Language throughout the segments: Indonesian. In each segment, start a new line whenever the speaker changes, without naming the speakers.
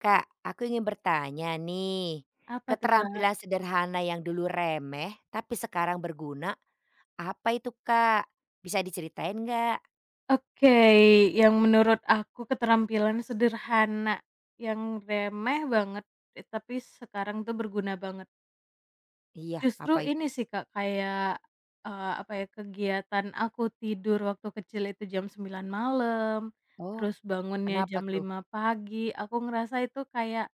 Kak, aku ingin bertanya nih,
Apa tuh, Kak?
keterampilan sederhana yang dulu remeh tapi sekarang berguna, apa itu Kak? Bisa diceritain nggak?
Oke, yang menurut aku keterampilan sederhana yang remeh banget, tapi sekarang tuh berguna banget.
Iya, apa
Justru
itu?
ini sih, Kak, kayak, apa ya, kegiatan aku tidur waktu kecil itu jam 9 malam,
Oh,
terus bangunnya
kenapa
jam
tuh?
5 pagi, aku ngerasa itu kayak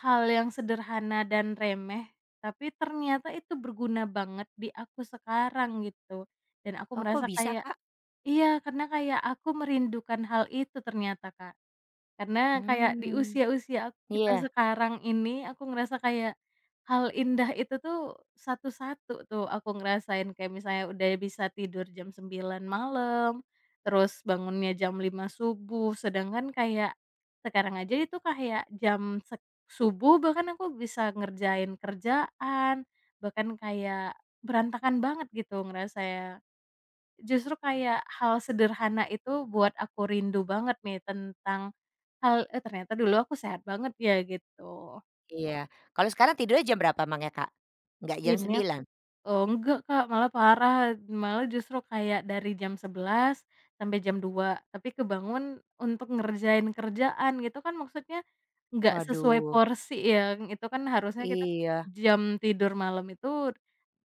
hal yang sederhana dan remeh, tapi ternyata itu berguna banget di aku sekarang gitu, dan aku
Oh, kok
merasa
bisa
kayak,
Kak?
iya, karena kayak aku merindukan hal itu ternyata, Kak. Karena kayak di
Hmm,
usia-usia kita
iya
sekarang ini, aku ngerasa kayak hal indah itu tuh satu-satu tuh aku ngerasain. Kayak misalnya udah bisa tidur jam 9 malam, terus bangunnya jam lima subuh, sedangkan kayak sekarang aja itu kayak jam sek subuh bahkan aku bisa ngerjain kerjaan, bahkan kayak berantakan banget gitu ngerasanya. Justru kayak hal sederhana itu buat aku rindu banget nih tentang hal, "Eh, ternyata dulu aku sehat banget ya," gitu.
iya. Kalau sekarang tidurnya jam berapa emangnya Kak? Nggak jam
Ini ak
9.
enggak, Kak, malah parah, malah justru kayak dari jam 11 sampai jam 2 tapi kebangun untuk ngerjain kerjaan gitu kan maksudnya nggak sesuai
Waduh,
porsi ya, itu kan harusnya kita
iya
jam tidur malam itu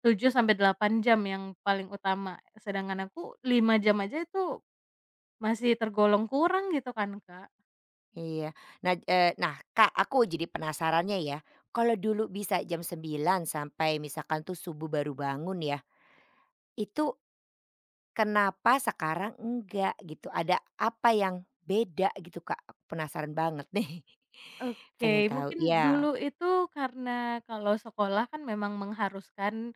7 sampai 8 jam yang paling utama, sedangkan aku 5 jam aja itu masih tergolong kurang gitu kan, Kak.
iya. Nah Kak, aku jadi penasarannya ya, kalau dulu bisa jam 9 sampai misalkan tuh subuh baru bangun ya, itu, kenapa sekarang enggak gitu? Ada apa yang beda gitu, Kak? Aku penasaran banget nih. Pengen
Oke,
tahu
mungkin
iya,
dulu itu karena kalau sekolah kan memang mengharuskan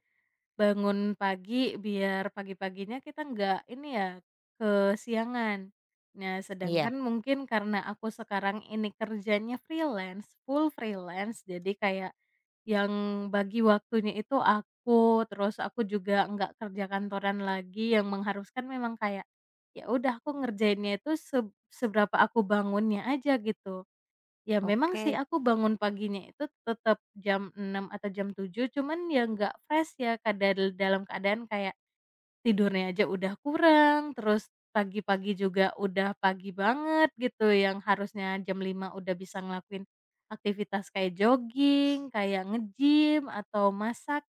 bangun pagi biar pagi-paginya kita nggak ini ya, kesiangan. Nah,
iya,
sedangkan mungkin karena aku sekarang ini kerjanya freelance, full freelance, jadi kayak yang bagi waktunya itu aku, terus aku juga nggak kerja kantoran lagi yang mengharuskan memang kayak, ya udah aku ngerjainnya itu seberapa aku bangunnya aja gitu. Ya memang sih
oke.
aku bangun paginya itu tetap jam 6 atau jam 7 cuman ya nggak fresh ya, Kak, dalam keadaan kayak tidurnya aja udah kurang, terus pagi-pagi juga udah pagi banget gitu yang harusnya jam 5 udah bisa ngelakuin aktivitas kayak jogging, kayak nge-gym, atau masak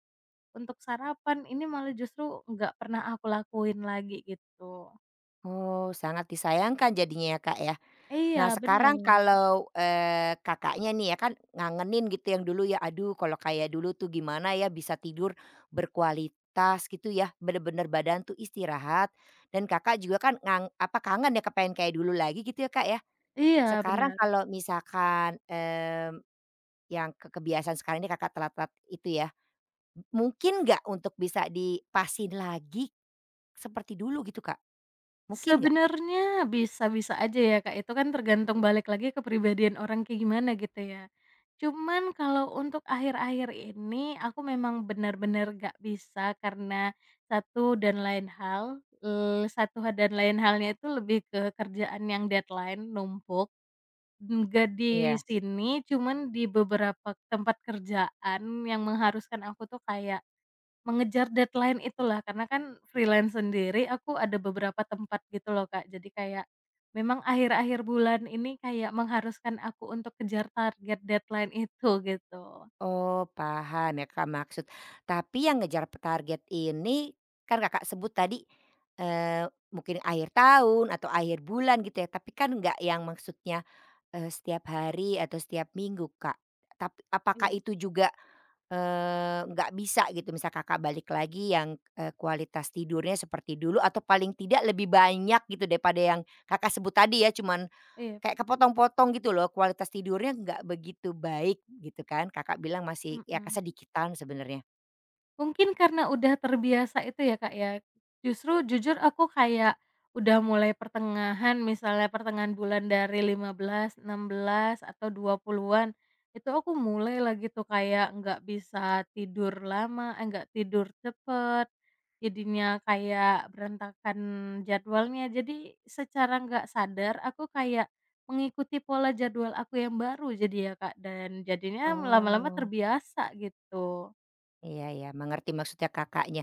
untuk sarapan, ini malah justru nggak pernah aku lakuin lagi gitu.
Oh, sangat disayangkan jadinya ya, Kak, ya.
Iya
Nah sekarang
bener,
kalau, Kakaknya nih ya kan ngangenin gitu yang dulu ya, aduh kalau kayak dulu tuh gimana ya bisa tidur berkualitas gitu ya, bener-bener badan tuh istirahat dan Kakak juga kan kangen ya kepengen kayak dulu lagi gitu ya, Kak, ya.
iya
Sekarang
bener.
kalau misalkan, yang ke kebiasaan sekarang ini Kakak telat-telat itu ya, mungkin nggak untuk bisa dipasin lagi seperti dulu gitu, Kak? Mungkin nggak?
Sebenarnya bisa-bisa aja ya, Kak, itu kan tergantung balik lagi kepribadian orang kayak gimana gitu ya. Cuman kalau untuk akhir-akhir ini aku memang benar-benar gak bisa karena satu dan lain hal, satu dan lain halnya itu lebih ke kerjaan yang deadline numpuk, nggak di
Iya.
sini cuman di beberapa tempat kerjaan yang mengharuskan aku tuh kayak mengejar deadline itulah, karena kan freelance sendiri aku ada beberapa tempat gitu loh, Kak. Jadi kayak memang akhir-akhir bulan ini kayak mengharuskan aku untuk kejar target deadline itu gitu.
Oh, paham ya Kak maksud. Tapi yang ngejar target ini kan Kakak sebut tadi, mungkin akhir tahun atau akhir bulan gitu ya, tapi kan nggak yang maksudnya, setiap hari atau setiap minggu Kak. Tapi apakah
Iya,
itu juga, nggak bisa gitu misal Kakak balik lagi yang, kualitas tidurnya seperti dulu atau paling tidak lebih banyak gitu daripada yang Kakak sebut tadi ya cuman
iya.
kayak kepotong-potong gitu loh, kualitas tidurnya nggak begitu baik gitu kan, Kakak bilang masih ya
Mhm.
kesedikitan sebenarnya.
Mungkin karena udah terbiasa itu ya, Kak, ya. Justru jujur aku kayak udah mulai pertengahan, misalnya pertengahan bulan dari 15 16 atau 20-an, itu aku mulai lagi tuh kayak nggak bisa tidur lama, eh, nggak tidur cepet, jadinya kayak berantakan jadwalnya. Jadi secara nggak sadar aku kayak mengikuti pola jadwal aku yang baru jadi ya, Kak, dan jadinya lama-lama
Oh.
terbiasa gitu.
Iya ya mengerti maksudnya Kakaknya.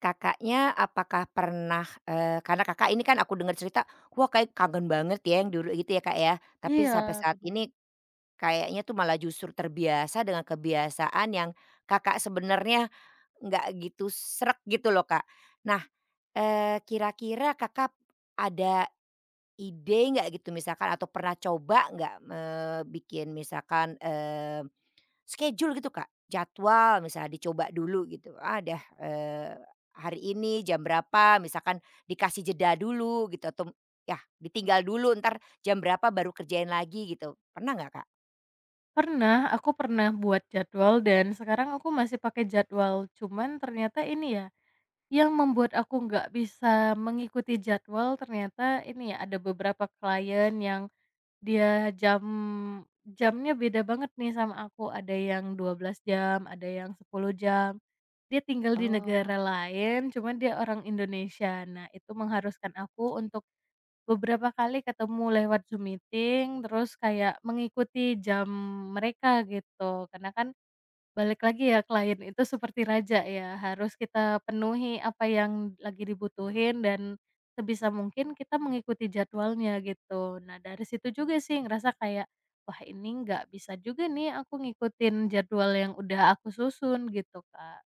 Kakaknya apakah pernah, karena Kakak ini kan aku dengar cerita, wah kayak kangen banget ya yang dulu gitu ya, Kak, ya. Tapi sampai
Iya,
saat
benar.
ini kayaknya tuh malah justru terbiasa dengan kebiasaan yang Kakak sebenarnya nggak gitu sreg gitu loh, Kak. Nah, kira-kira Kakak ada ide nggak gitu misalkan atau pernah coba nggak, bikin misalkan, schedule gitu, Kak? Jadwal misalnya dicoba dulu gitu, ah, dah, hari ini jam berapa misalkan dikasih jeda dulu gitu atau ya ditinggal dulu ntar jam berapa baru kerjain lagi gitu, pernah nggak, Kak?
Pernah, aku pernah buat jadwal dan sekarang aku masih pakai jadwal, cuman ternyata ini ya, yang membuat aku nggak bisa mengikuti jadwal ternyata ini ya, ada beberapa klien yang dia jamnya beda banget nih sama aku, ada yang 12 jam, ada yang 10 jam. Dia tinggal di
Oh.
negara lain, cuman dia orang Indonesia. Nah, itu mengharuskan aku untuk beberapa kali ketemu lewat Zoom meeting, terus kayak mengikuti jam mereka gitu. Karena kan balik lagi ya klien itu seperti raja ya, harus kita penuhi apa yang lagi dibutuhin dan sebisa mungkin kita mengikuti jadwalnya gitu. Nah, dari situ juga sih ngerasa kayak, "Wah, ini nggak bisa juga nih aku ngikutin jadwal yang udah aku susun," gitu, Kak.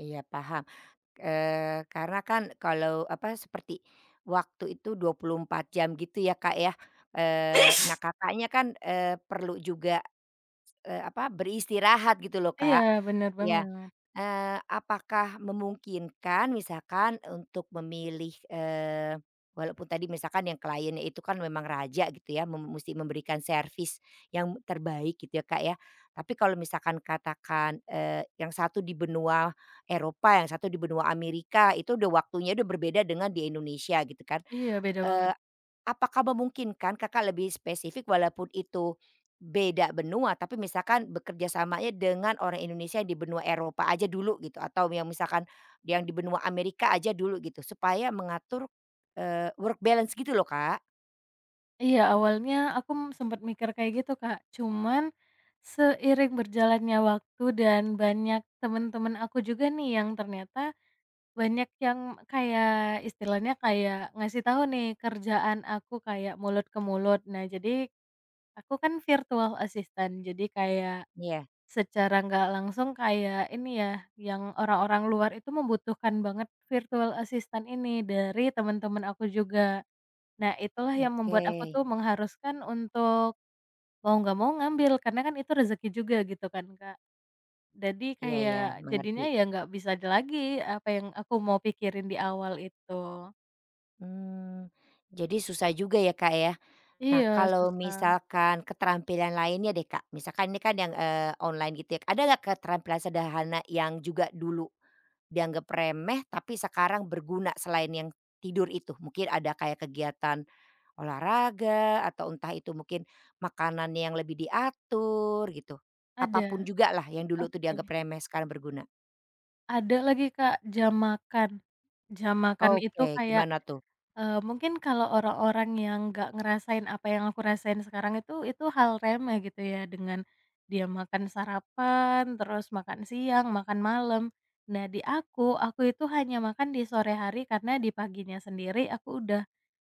Iya paham, karena kan kalau apa seperti waktu itu 24 jam gitu ya, Kak, ya, nah Kakaknya kan, perlu juga beristirahat gitu loh,
Iya,
Kak.
bener
Ya,
banget.
apakah memungkinkan misalkan untuk memilih, walaupun tadi misalkan yang kliennya itu kan memang raja gitu ya, musti memberikan servis yang terbaik gitu ya, Kak, ya. Tapi kalau misalkan katakan, yang satu di benua Eropa, yang satu di benua Amerika, itu udah waktunya udah berbeda dengan di Indonesia gitu kan.
Iya, beda banget.
Eee Apakah memungkinkan Kakak lebih spesifik walaupun itu beda benua, tapi misalkan bekerja samanya dengan orang Indonesia yang di benua Eropa aja dulu gitu, atau yang misalkan yang di benua Amerika aja dulu gitu, supaya mengatur, work balance gitu loh, Kak.
Iya, awalnya aku sempat mikir kayak gitu, Kak. Cuman seiring berjalannya waktu dan banyak temen-temen aku juga nih yang ternyata banyak yang kayak istilahnya kayak ngasih tahu nih kerjaan aku kayak mulut ke mulut. Nah, jadi aku kan virtual assistant, jadi kayak
Iya,
secara nggak langsung kayak ini ya, yang orang-orang luar itu membutuhkan banget virtual assistant ini dari teman-teman aku juga. Nah, itulah yang
oke.
membuat aku tuh mengharuskan untuk mau nggak mau ngambil, karena kan itu rezeki juga gitu kan, Kak. Jadi
Iya iya,
kayak
mengerti.
jadinya ya nggak bisa ada lagi apa yang aku mau pikirin di awal itu.
Mmm, jadi susah juga ya, Kak, ya. Nah,
Iya,
kalau
susah.
misalkan keterampilan lainnya deh, Kak, misalkan ini kan yang, online gitu ya, ada nggak keterampilan sederhana yang juga dulu dianggap remeh tapi sekarang berguna selain yang tidur itu. Mungkin ada kayak kegiatan olahraga atau entah itu mungkin makanannya yang lebih diatur gitu.
Ada,
Apapun juga lah yang dulu tuh
oke.
dianggap remeh sekarang berguna.
Ada lagi, Kak, jam makan. Jam makan itu
Oke,
kayak
gimana tuh?
Mungkin kalau orang-orang yang nggak ngerasain apa yang aku rasain sekarang itu hal remeh gitu ya, dengan dia makan sarapan, terus makan siang, makan malam. Nah di aku itu hanya makan di sore hari karena di paginya sendiri aku udah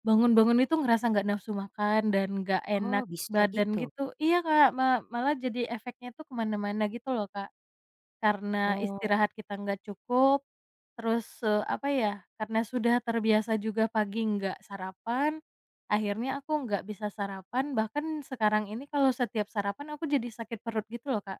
bangun-bangun itu ngerasa nggak nafsu makan dan nggak
Oh
enak
bisa
badan
gitu?
gitu, iya Kak, malah jadi efeknya tuh ke mana-mana gitu loh, Kak. Karena
Oh,
istirahat kita nggak cukup, terus, apa ya, karena sudah terbiasa juga pagi nggak sarapan, akhirnya aku nggak bisa sarapan, bahkan sekarang ini kalau setiap sarapan aku jadi sakit perut gitu loh, Kak.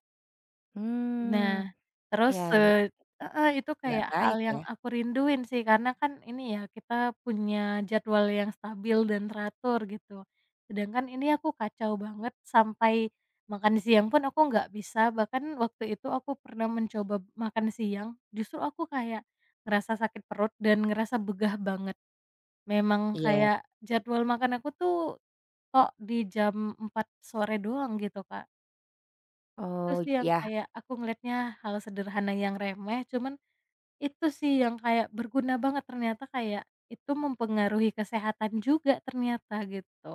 hmm
Nah, terus,
ya
heeh, itu
nggak
kayak hal
baik ya.
yang aku rinduin sih, karena kan ini ya, kita punya jadwal yang stabil dan teratur gitu. Sedangkan ini aku kacau banget, sampai makan siang pun aku nggak bisa, bahkan waktu itu aku pernah mencoba makan siang, justru aku kayak ngerasa sakit perut dan ngerasa begah banget. Memang
Iya.
kayak jadwal makan aku tuh, kok di jam 4 sore doang gitu, Kak. Itu
Oh,
sih yang
ya,
kayak aku ngelihatnya hal sederhana yang remeh, cuman itu sih yang kayak berguna banget ternyata kayak itu mempengaruhi kesehatan juga ternyata gitu.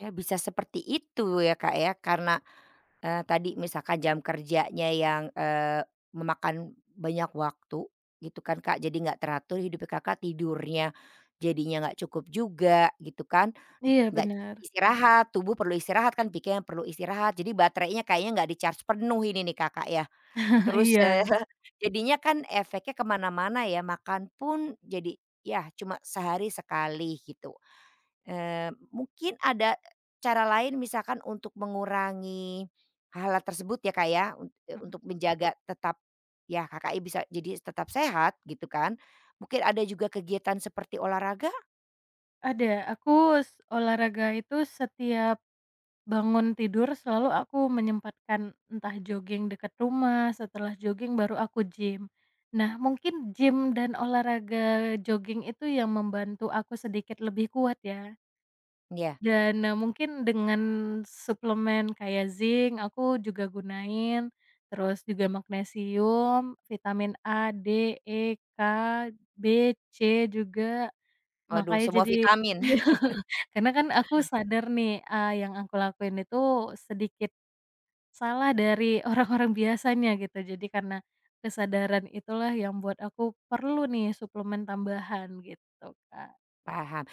ya, bisa seperti itu ya Kak ya karena tadi misalkan jam kerjanya yang, memakan banyak waktu gitu kan, Kak, jadi nggak teratur hidup Kakak, tidurnya jadinya nggak cukup juga gitu kan,
Iya,
nggak
benar.
istirahat, tubuh perlu istirahat kan, pikiran perlu istirahat, jadi baterainya kayaknya nggak di-charge penuh ini nih, Kakak, ya. Terus,
Iya,
jadinya kan efeknya kemana mana ya, makan pun jadi, ya cuma sehari sekali gitu. Mungkin ada cara lain misalkan untuk mengurangi hal-hal tersebut ya, Kak, ya,
mhm.
untuk menjaga tetap ya Kakaknya bisa jadi tetap sehat gitu kan. Mungkin ada juga kegiatan seperti olahraga?
Ada, aku olahraga itu setiap bangun tidur selalu aku menyempatkan entah jogging dekat rumah, setelah jogging baru aku gym. Nah mungkin gym dan olahraga jogging itu yang membantu aku sedikit lebih kuat ya.
Ya?
Dan, mungkin dengan suplemen kayak zinc aku juga gunain, terus juga magnesium, vitamin A, D, E, K, B, C juga.
Waduh
Makanya
semua
jadi
vitamin.
karena kan aku sadar nih, ah yang aku lakuin itu sedikit salah dari orang-orang biasanya gitu. Jadi karena kesadaran itulah yang buat aku perlu nih suplemen tambahan gitu, Kak.
Paham.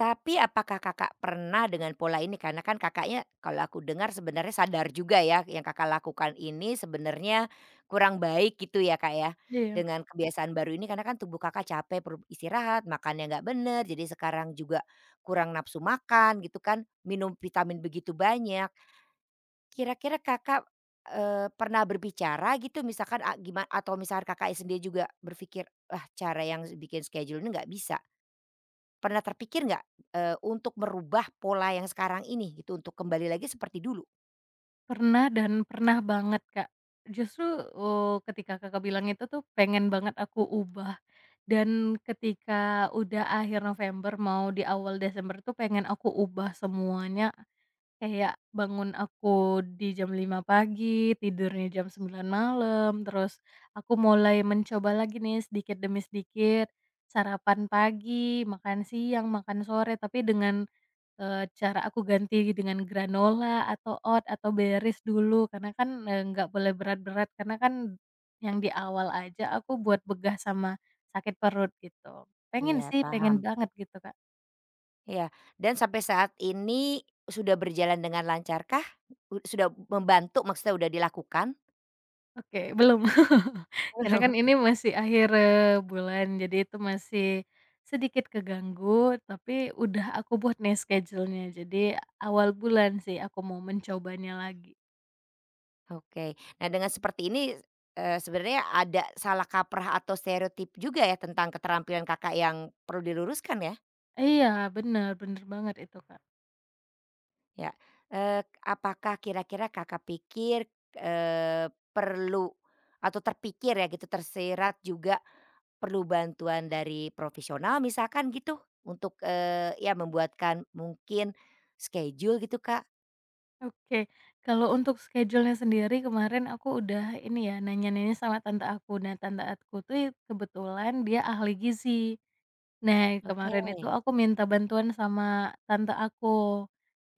Tapi apakah Kakak pernah dengan pola ini? Karena kan Kakaknya kalau aku dengar sebenarnya sadar juga ya yang Kakak lakukan ini sebenarnya kurang baik gitu ya Kak ya.
Iya.
Dengan kebiasaan baru ini karena kan tubuh Kakak capek perlu istirahat, makannya nggak bener, jadi sekarang juga kurang nafsu makan gitu kan, minum vitamin begitu banyak. Kira-kira Kakak, pernah berbicara gitu misalkan a gima atau misalkan kakak sendiri juga berpikir, "Wah, cara yang bikin schedule ini nggak bisa." Pernah terpikir nggak, untuk merubah pola yang sekarang ini gitu, untuk kembali lagi seperti dulu?
Pernah dan pernah banget, Kak. Justru, ketika Kakak bilang itu tuh pengen banget aku ubah, dan ketika udah akhir November mau di awal Desember tuh pengen aku ubah semuanya, kayak bangun aku di jam 5 pagi, tidurnya jam 9 malam, terus aku mulai mencoba lagi nih sedikit demi sedikit, sarapan pagi, makan siang, makan sore, tapi dengan cara aku ganti dengan granola atau oat atau berries dulu karena kan, nggak boleh berat-berat karena kan yang di awal aja aku buat begah sama sakit perut gitu. Pengen
Iya
sih, pengen
paham,
banget gitu, Kak.
iya. Dan sampai saat ini sudah berjalan dengan lancarkah? Sudah membantu maksudnya udah dilakukan?
Oke, belum. Karena kan
Belum.
ini masih akhir, bulan jadi itu masih sedikit keganggu tapi udah aku buat nih schedule-nya jadi awal bulan sih aku mau mencobanya lagi.
Oke. Nah dengan seperti ini, sebenarnya ada salah kaprah atau stereotip juga ya tentang keterampilan Kakak yang perlu diluruskan ya?
Iya bener, bener banget itu, Kak.
Ya. Apakah kira-kira Kakak pikir, eee, perlu atau terpikir ya gitu tersirat juga. Perlu bantuan dari profesional misalkan gitu untuk, ya membuatkan mungkin schedule gitu, Kak?
Oke, kalau untuk schedule-nya sendiri kemarin aku udah ini ya, nanya-nanya sama tante aku. Nah, tante aku tuh kebetulan dia ahli gizi. Nah,
Oke,
kemarin itu aku minta bantuan sama tante aku.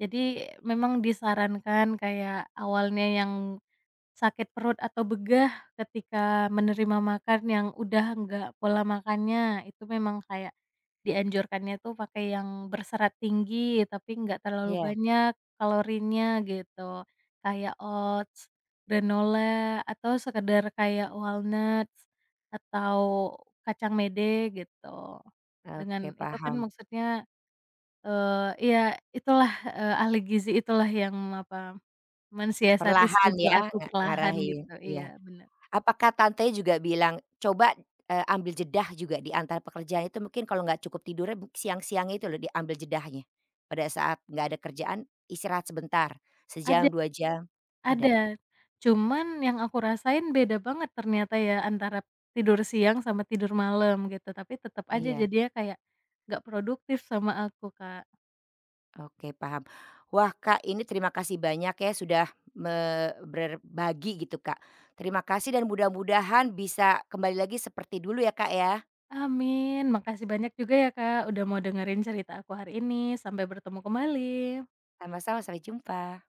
Jadi memang disarankan kayak awalnya yang sakit perut atau begah ketika menerima makan yang udah nggak pola makannya, itu memang kayak dianjurkannya tuh pakai yang berserat tinggi, tapi nggak terlalu
iya,
banyak kalorinya gitu. Kayak oats, granola, atau sekedar kayak walnuts, atau kacang mede gitu.
oke
Dengan itu kan
paham.
maksudnya, iya, itulah, ahli gizi itulah yang apa mensiasati
Perlahan
schedule
ya
aku
nga
perlahan
ngarahin,
gitu, iya
iya.
bener.
Apakah Tante juga bilang, "Coba, ambil jedah juga di antara pekerjaan itu mungkin kalau nggak cukup tidurnya siang-siang itu loh diambil jedahnya. Pada saat nggak ada kerjaan, istirahat sebentar,
Ada
sejam, 2 jam." Ada?
ada, cuman yang aku rasain beda banget ternyata ya antara tidur siang sama tidur malam gitu, tapi tetep aja
Iya.
jadinya kayak nggak produktif sama aku, Kak.
Oke paham. Wah Kak ini terima kasih banyak ya sudah me berbagi gitu Kak. Terima kasih dan mudah-mudahan bisa kembali lagi seperti dulu ya Kak ya.
Amin, makasih banyak juga ya, Kak, udah mau dengerin cerita aku hari ini, sampai bertemu kembali.
Sama-sama, sampai jumpa.